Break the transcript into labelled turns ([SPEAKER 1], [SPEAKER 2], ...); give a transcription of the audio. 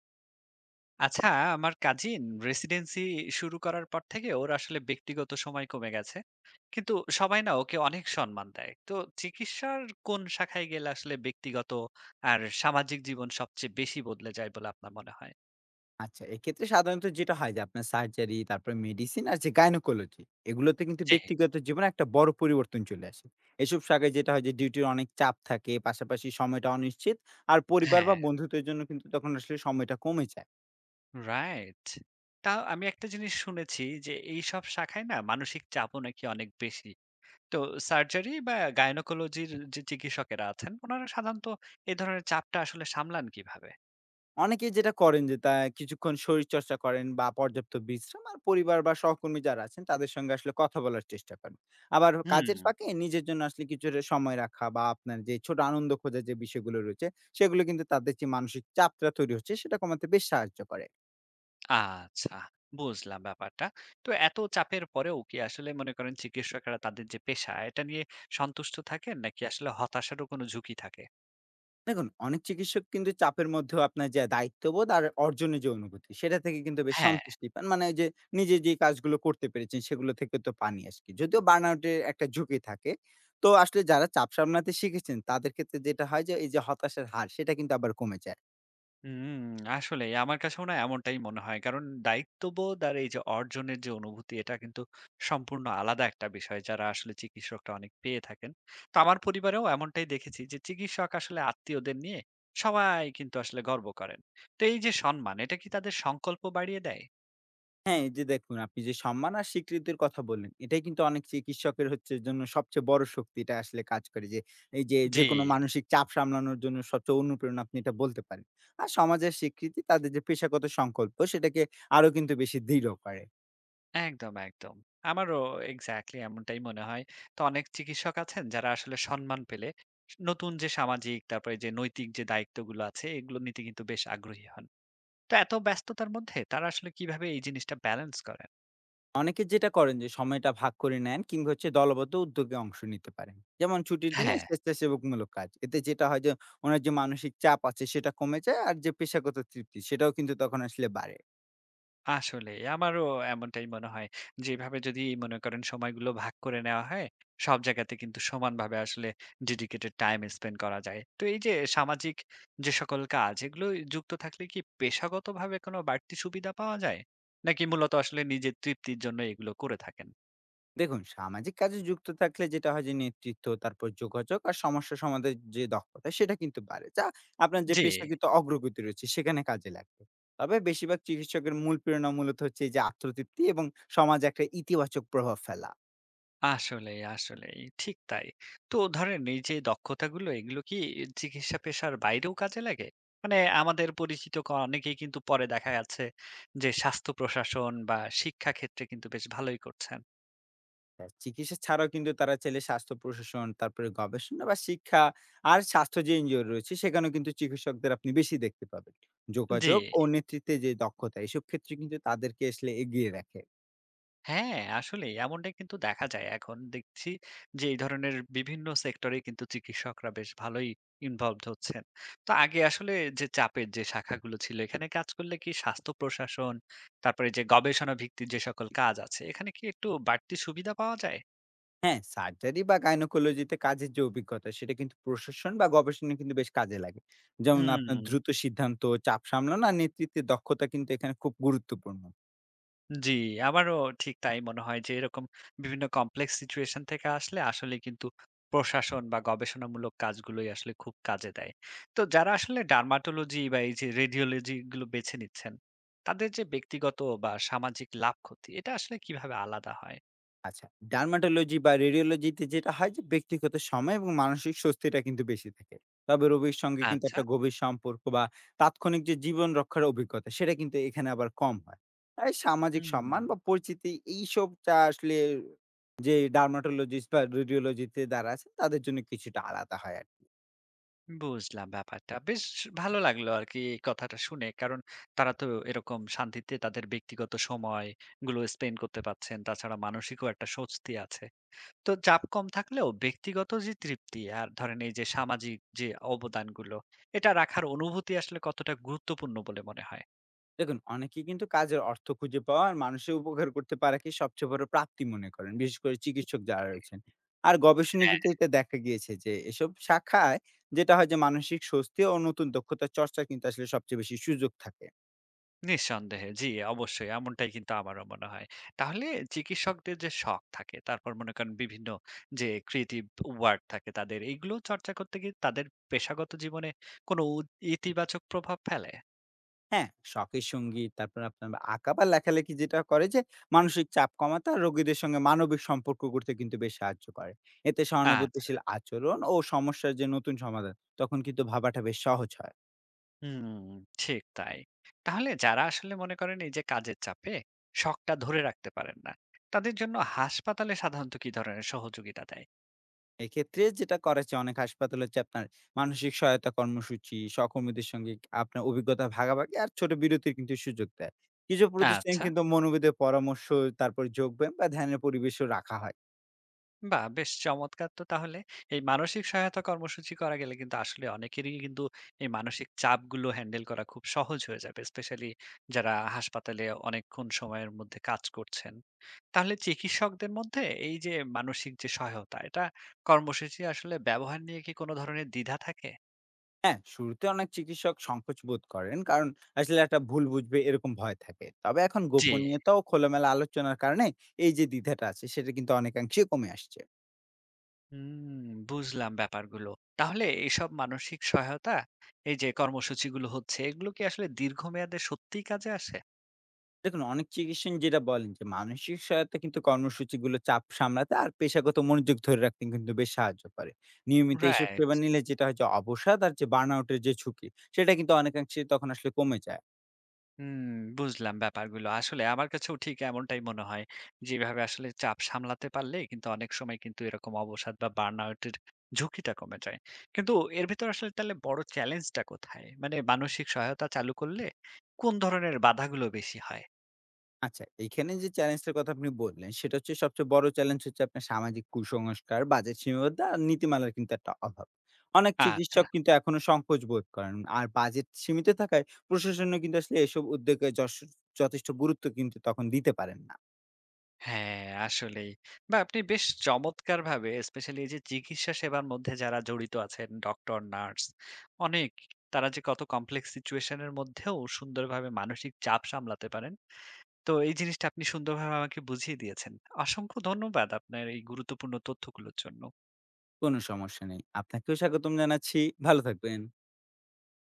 [SPEAKER 1] আচ্ছা, আমার cousin residency শুরু করার পর থেকে ওর আসলে ব্যক্তিগত সময় কমে গেছে। কিন্তু সবাই না ওকে অনেক সম্মান দেয়। তো চিকিৎসার কোন শাখায় গেলে আসলে ব্যক্তিগত আর সামাজিক জীবন সবচেয়ে বেশি বদলে যায় বলে আপনার মনে হয়?
[SPEAKER 2] আচ্ছা, এক্ষেত্রে সাধারণত যেটা হয় যে আপনার সার্জারি, তারপরে মেডিসিন আর যে গাইনোকোলজি এগুলোতে কিন্তু
[SPEAKER 1] জি।
[SPEAKER 2] ব্যক্তিগত জীবনে একটা বড় পরিবর্তন চলে আসে। এসব শাখায় যেটা হয় যে ডিউটির অনেক চাপ থাকে, পাশাপাশি সময়টা অনিশ্চিত। আর পরিবার বা
[SPEAKER 1] হ্যাঁ,
[SPEAKER 2] বন্ধুদের জন্য কিন্তু তখন আসলে সময়টা কমে যায়।
[SPEAKER 1] রাইট। তা আমি একটা জিনিস শুনেছি যে এই সব শাখায় না মানসিক চাপও নাকি অনেক বেশি। তো সার্জারি বা গাইনোকোলজির যে চিকিৎসকেরা আছেন ওনারা সাধারণত এই ধরনের চাপটা আসলে সামলান কিভাবে?
[SPEAKER 2] অনেকেই যেটা করেন যে তা কিছুক্ষণ শরীরচর্চা করেন বা পর্যাপ্ত বিশ্রাম আর পরিবার বা সহকর্মী যারা আছেন তাদের সঙ্গে আসলে কথা বলার চেষ্টা করেন। আবার
[SPEAKER 1] হুম
[SPEAKER 2] কাজের ফাঁকে নিজের জন্য আসলে কিছুটা সময় রাখা বা আপনার যে ছোট আনন্দ খোঁজার যে বিষয়গুলো রয়েছে, সেগুলো কিন্তু তাদের যে মানসিক চাপটা তৈরি হচ্ছে সেটা কমাতে বেশ সাহায্য করে।
[SPEAKER 1] আচ্ছা, বুঝলাম ব্যাপারটা। তো এত চাপের পরেও কি আসলে মনে করেন চিকিৎসকরা তাদের যে পেশা, এটা নিয়ে সন্তুষ্ট থাকেন নাকি আসলে হতাশারও কোনো ঝুঁকি থাকে?
[SPEAKER 2] দেখুন, অনেক চিকিৎসক কিন্তু চাপের মধ্যেও আপনার যে দায়িত্ববোধ আর অর্জনের যে অনুভূতি, সেটা থেকে কিন্তু বেশ
[SPEAKER 1] হ্যাঁ।
[SPEAKER 2] সন্তুষ্টি পান। মানে ওই যে নিজে যে কাজগুলো করতে পেরেছেন, সেগুলো থেকে তো পান আজকি। যদিও বার্নআউট এর একটা ঝুঁকি থাকে। তো আসলে যারা চাপ সামলাতে শিখেছেন, তাদের ক্ষেত্রে যেটা হয় যে এই যে হতাশার হার, সেটা কিন্তু আবার কমে যায়।
[SPEAKER 1] হুম, আসলেই আমার কাছেও না এমনটাই মনে হয়। কারণ দায়িত্ববোধ আর এই যে অর্জনের যে অনুভূতি, এটা কিন্তু সম্পূর্ণ আলাদা একটা বিষয় যারা আসলে চিকিৎসকরা অনেক পেয়ে থাকেন। তো আমার পরিবারেও এমনটাই দেখেছি যে চিকিৎসক আসলে আত্মীয়দের নিয়ে সবাই কিন্তু আসলে গর্ব করেন। তো এই যে সম্মান, এটা কি তাদের সংকল্প বাড়িয়ে দেয়?
[SPEAKER 2] হ্যাঁ, এই যে দেখুন আপনি যে সম্মান আর স্বীকৃতির কথা বললেন, এটাই কিন্তু অনেক চিকিৎসকের হচ্ছে জন্য সবচেয়ে বড় শক্তি এটা আসলে কাজ করে যে, এই যে
[SPEAKER 1] জি।
[SPEAKER 2] যেকোনো মানসিক চাপ সামলানোর জন্য সবচেয়ে অনুপ্রেরণা আপনি এটা বলতে পারেন। আর সমাজের স্বীকৃতি তাদের যে পেশাগত সংকল্প সেটাকে আরো কিন্তু বেশি দৃঢ় করে।
[SPEAKER 1] একদম, একদম। আমারও এক্সাক্টলি এমনটাই মনে হয়। তো অনেক চিকিৎসক আছেন যারা আসলে সম্মান পেলে নতুন যে সামাজিক তারপরে যে নৈতিক যে দায়িত্বগুলো আছে এগুলো নিতে কিন্তু বেশ আগ্রহী হন। তো এত ব্যস্ততার মধ্যে তারা আসলে কিভাবে এই জিনিসটা ব্যালেন্স করেন?
[SPEAKER 2] অনেকে যেটা করেন যে সময়টা ভাগ করে নেন কিংবা হচ্ছে দলবদ্ধ উদ্যোগে অংশ নিতে পারেন। যেমন ছুটির দিনে
[SPEAKER 1] হ্যাঁ।
[SPEAKER 2] স্বেচ্ছাসেবকমূলক কাজ। এতে যেটা হয় যে, ওনার যে মানসিক চাপ আছে সেটা কমে যায় আর যে পেশাগত তৃপ্তি সেটাও কিন্তু তখন আসলে বাড়ে।
[SPEAKER 1] আসলে আমারও এমনটাই মনে হয়। যেভাবে যদি মনে করেন সময়গুলো ভাগ করে নেওয়া হয়, সব জায়গাতে কিন্তু সমানভাবে আসলে ডেডিকেটেড টাইম স্পেন্ড করা যায়। তো এই যে সামাজিক যে সকল কাজ এগুলো যুক্ত থাকলে কি পেশাগতভাবে কোনো বাড়তি সুবিধা পাওয়া যায়? নাকি মূলত আসলে নিজের তৃপ্তির জন্য এগুলো করে থাকেন?
[SPEAKER 2] দেখুন, সামাজিক কাজে যুক্ত থাকলে যেটা হয় যে নেতৃত্ব, তারপর যোগাযোগ আর সমস্যা সমাধানের যে দক্ষতা সেটা কিন্তু বাড়ে, যা আপনার যে
[SPEAKER 1] জি।
[SPEAKER 2] পেশাগত অগ্রগতি রয়েছে সেখানে কাজে লাগবে। তবে বেশিরভাগ চিকিৎসকের মূল প্রেরণা মূলত হচ্ছে এই যে আত্মতৃপ্তি এবং সমাজে একটা ইতিবাচক প্রভাব ফেলা।
[SPEAKER 1] আসলেই, আসলেই। ঠিক তাই। তো ধরেন এই যে দক্ষতাগুলো এগুলো কি চিকিৎসা পেশার বাইরেও কাজে লাগে? মানে আমাদের পরিচিত ক অনেকেই কিন্তু পরে দেখা যাচ্ছে যে স্বাস্থ্য প্রশাসন বা শিক্ষা ক্ষেত্রে কিন্তু বেশ ভালোই করছেন।
[SPEAKER 2] তা চিকিৎসা ছাড়াও কিন্তু তারা চাইলে স্বাস্থ্য প্রশাসন, তারপরে গবেষণা বা শিক্ষা আর স্বাস্থ্য যে এনজিও রয়েছে সেখানেও কিন্তু চিকিৎসকদের আপনি বেশি দেখতে পাবেন।
[SPEAKER 1] জি।
[SPEAKER 2] যোগাযোগ ও নেতৃত্বে যে দক্ষতা, এসব ক্ষেত্রে কিন্তু তাদেরকে আসলে এগিয়ে রাখে।
[SPEAKER 1] হ্যাঁ, আসলেই এমনটাই কিন্তু দেখা যায়। এখন দেখছি যে এই ধরনের বিভিন্ন সেক্টরে কিন্তু চিকিৎসকরা বেশ ভালোই ইনভলভড হচ্ছেন। তো আগে আসলে যে চাপের যে শাখাগুলো ছিল এখানে কাজ করলে কি স্বাস্থ্য প্রশাসন, তারপরে যে গবেষণা ভিত্তিক যে সকল কাজ আছে এখানে কি একটু বাড়তি সুবিধা পাওয়া যায়?
[SPEAKER 2] হ্যাঁ, সার্জারি বা গাইনোকোলজিতে কাজের যে অভিজ্ঞতা সেটা কিন্তু প্রশাসন বা গবেষণা কিন্তু বেশ কাজে লাগে। যেমন আপনার
[SPEAKER 1] হুম।
[SPEAKER 2] দ্রুত সিদ্ধান্ত, চাপ সামলানো আর নেতৃত্বের দক্ষতা কিন্তু এখানে খুব গুরুত্বপূর্ণ।
[SPEAKER 1] জি, আমারও ঠিক তাই মনে হয় যে এরকম বিভিন্ন কমপ্লেক্স সিচুয়েশন থেকে আসলে আসলে কিন্তু প্রশাসন বা গবেষণামূলক কাজগুলোই আসলে খুব কাজে দেয়। তো যারা আসলে ডার্মাটোলজি বা এই যে রেডিওলজি গুলো বেছে নিচ্ছেন, তাদের যে ব্যক্তিগত বা সামাজিক লাভ ক্ষতি এটা আসলে কিভাবে আলাদা হয়?
[SPEAKER 2] আচ্ছা, ডার্মাটোলজি বা রেডিওলজিতে যেটা হয় যে ব্যক্তিগত সময় এবং মানসিক স্বস্তিটা কিন্তু বেশি থাকে। তবে রোগীর সঙ্গে কিন্তু
[SPEAKER 1] আচ্ছা।
[SPEAKER 2] একটা গভীর সম্পর্ক বা তাৎক্ষণিক যে জীবন রক্ষার অভিজ্ঞতা সেটা কিন্তু এখানে আবার কম হয়। তাই সামাজিক
[SPEAKER 1] হুম,
[SPEAKER 2] সম্মান বা পরিচিতি এইসবটা আসলে যে ডার্মাটোলজিস্ট বা রেডিওলজিতে যারা আছে তাদের জন্য কিছুটা আলাদা হয় আরকি।
[SPEAKER 1] বুঝলাম ব্যাপারটা। বেশ ভালো লাগলো আর কি এই কথাটা শুনে। কারণ তারা তো এরকম শান্তিতে তাদের ব্যক্তিগত সময়গুলো স্পেন্ড করতে পারছেন। তাছাড়া মানসিকও একটা স্বস্তি আছে। তো চাপ কম থাকলেও ব্যক্তিগত যে তৃপ্তি আর ধরেন এই যে সামাজিক যে অবদানগুলো এটা রাখার অনুভূতি আসলে কতটা গুরুত্বপূর্ণ বলে মনে হয়?
[SPEAKER 2] দেখুন, অনেকে কিন্তু কাজের অর্থ খুঁজে পাওয়া আর মানুষের উপকার করতে পারাকে সবচেয়ে বড় প্রাপ্তি মনে করেন, বিশেষ করে চিকিৎসক যারা রয়েছেন। আর গবেষণায়
[SPEAKER 1] হ্যাঁ।
[SPEAKER 2] কিন্তু এটা দেখা গিয়েছে যে এসব শাখায় যেটা হয় যে মানসিক স্বস্তি ও নতুন দক্ষতার চর্চা কিন্তু আসলে সবচেয়ে বেশি সুযোগ থাকে।
[SPEAKER 1] নিঃসন্দেহে, জি, অবশ্যই এমনটাই কিন্তু আমারও মনে হয়। তাহলে চিকিৎসকদের যে শখ থাকে তারপর মনে করেন বিভিন্ন যে ক্রিয়েটিভ ওয়ার্ক থাকে তাদের এইগুলো চর্চা করতে গিয়ে তাদের পেশাগত জীবনে কোনো উ- ইতিবাচক প্রভাব ফেলে?
[SPEAKER 2] হ্যাঁ, শখের সঙ্গীত, তারপর আপনার আঁকা বা লেখালেখি যেটা করে যে মানসিক চাপ কমাতে আর রোগীদের সঙ্গে মানবিক সম্পর্ক করতে কিন্তু বেশ সাহায্য করে। এতে
[SPEAKER 1] আচ্ছা।
[SPEAKER 2] সহানুভূতিশীল আচরণ ও সমস্যার যে নতুন সমাধান, তখন কিন্তু ভাবাটা বেশ সহজ হয়।
[SPEAKER 1] হুম, ঠিক তাই। তাহলে যারা আসলে মনে করেন এই যে কাজের চাপে শখটা ধরে রাখতে পারেন না, তাদের জন্য হাসপাতালে সাধারণত কি ধরনের সহযোগিতা দেয়?
[SPEAKER 2] এক্ষেত্রে যেটা করা হচ্ছে, অনেক হাসপাতাল হচ্ছে আপনার মানসিক সহায়তা কর্মসূচি, সহকর্মীদের সঙ্গে আপনার অভিজ্ঞতা ভাগাভাগি আর ছোট বিরতির কিন্তু সুযোগ দেয়। কিছু প্রতিষ্ঠান
[SPEAKER 1] আচ্ছা।
[SPEAKER 2] কিন্তু মনোবিদের পরামর্শ, তারপর যোগব্যায়াম বা ধ্যানের পরিবেশও রাখা হয়।
[SPEAKER 1] বাহ! বেশ চমৎকার তো তাহলে। এই মানসিক সহায়তা কর্মসূচি করা গেলে কিন্তু আসলে অনেকেরই কিন্তু এই মানসিক চাপগুলো হ্যান্ডেল করা খুব সহজ হয়ে যাবে। স্পেশালি যারা হাসপাতালে অনেকক্ষণ সময়ের মধ্যে কাজ করছেন। তাহলে চিকিৎসকদের মধ্যে এই যে মানসিক যে সহায়তা, এটা কর্মসূচি আসলে ব্যবহার নিয়ে কি কোনো ধরনের দ্বিধা থাকে?
[SPEAKER 2] হ্যাঁ, শুরুতে অনেক চিকিৎসক সংকোচ বোধ করেন, কারণ আসলে একটা ভুল বুঝবে এরকম ভয় থাকে। তবে এখন
[SPEAKER 1] জি।
[SPEAKER 2] গোপনীয়তা ও খোলামেলা আলোচনার কারণে এই যে দ্বিধাটা আছে সেটা কিন্তু অনেকাংশেই কমে আসছে।
[SPEAKER 1] হুম, বুঝলাম ব্যাপারগুলো। তাহলে এইসব মানসিক সহায়তা, এই যে কর্মসূচিগুলো হচ্ছে, এগুলো কি আসলে দীর্ঘমেয়াদে সত্যিই কাজে আসে?
[SPEAKER 2] দেখুন, অনেক চিকিৎসক যেটা বলেন যে মানসিক সহায়তা কিন্তু কর্মসূচিগুলো চাপ সামলাতে আর পেশাগত মনোযোগ ধরে রাখতে কিন্তু বেশ সাহায্য করে। নিয়মিত এসব
[SPEAKER 1] রাইট।
[SPEAKER 2] সেবা নিলে যেটা হয় যে অবসাদ আর যে বার্নআউট এর যে ঝুঁকি, সেটা কিন্তু অনেকাংশে তখন আসলে কমে যায়।
[SPEAKER 1] হুম, বুঝলাম ব্যাপারগুলো। আসলে আমার কাছেও ঠিক এমনটাই মনে হয়। যেভাবে আসলে চাপ সামলাতে পারলে কিন্তু অনেক সময় কিন্তু এরকম অবসাদ বা বার্নআউট এর ঝুঁকিটা কমে যায়। কিন্তু এর ভিতর আসলে তাহলে বড় চ্যালেঞ্জটা কোথায়? মানে মানসিক সহায়তা চালু করলে কোন ধরনের বাধাগুলো বেশি হয়?
[SPEAKER 2] আচ্ছা, এখানে যে চ্যালেঞ্জটার কথা আপনি বললেন, সেটা হচ্ছে সবচেয়ে বড় চ্যালেঞ্জ হচ্ছে আপনার সামাজিক কুসংস্কার, বাজেট সীমাবদ্ধতা আর নীতিমালার কিন্তু একটা অভাব। অনেক
[SPEAKER 1] আচ্ছা।
[SPEAKER 2] চিকিৎসক কিন্তু এখনো সংকোচ বোধ করেন। আর বাজেট সীমিত থাকায় প্রশাসনও কিন্তু আসলে এসব উদ্যোগে যশ যথেষ্ট গুরুত্ব কিন্তু তখন দিতে পারেন না।
[SPEAKER 1] হ্যাঁ, আসলেই। বা আপনি বেশ চমৎকারভাবে স্পেশালি এই যে চিকিৎসা সেবার মধ্যে যারা জড়িত আছেন ডক্টর, নার্স অনেক তারা যে কত কমপ্লেক্স সিচুয়েশন এর মধ্যেও সুন্দরভাবে মানসিক চাপ সামলাতে পারেন। তো এই জিনিসটা আপনি সুন্দরভাবে আমাকে বুঝিয়ে দিয়েছেন। অসংখ্য ধন্যবাদ আপনার এই গুরুত্বপূর্ণ তথ্যগুলোর জন্য।
[SPEAKER 2] কোনো সমস্যা নেই। আপনাকেও স্বাগতম জানাচ্ছি। ভালো থাকবেন।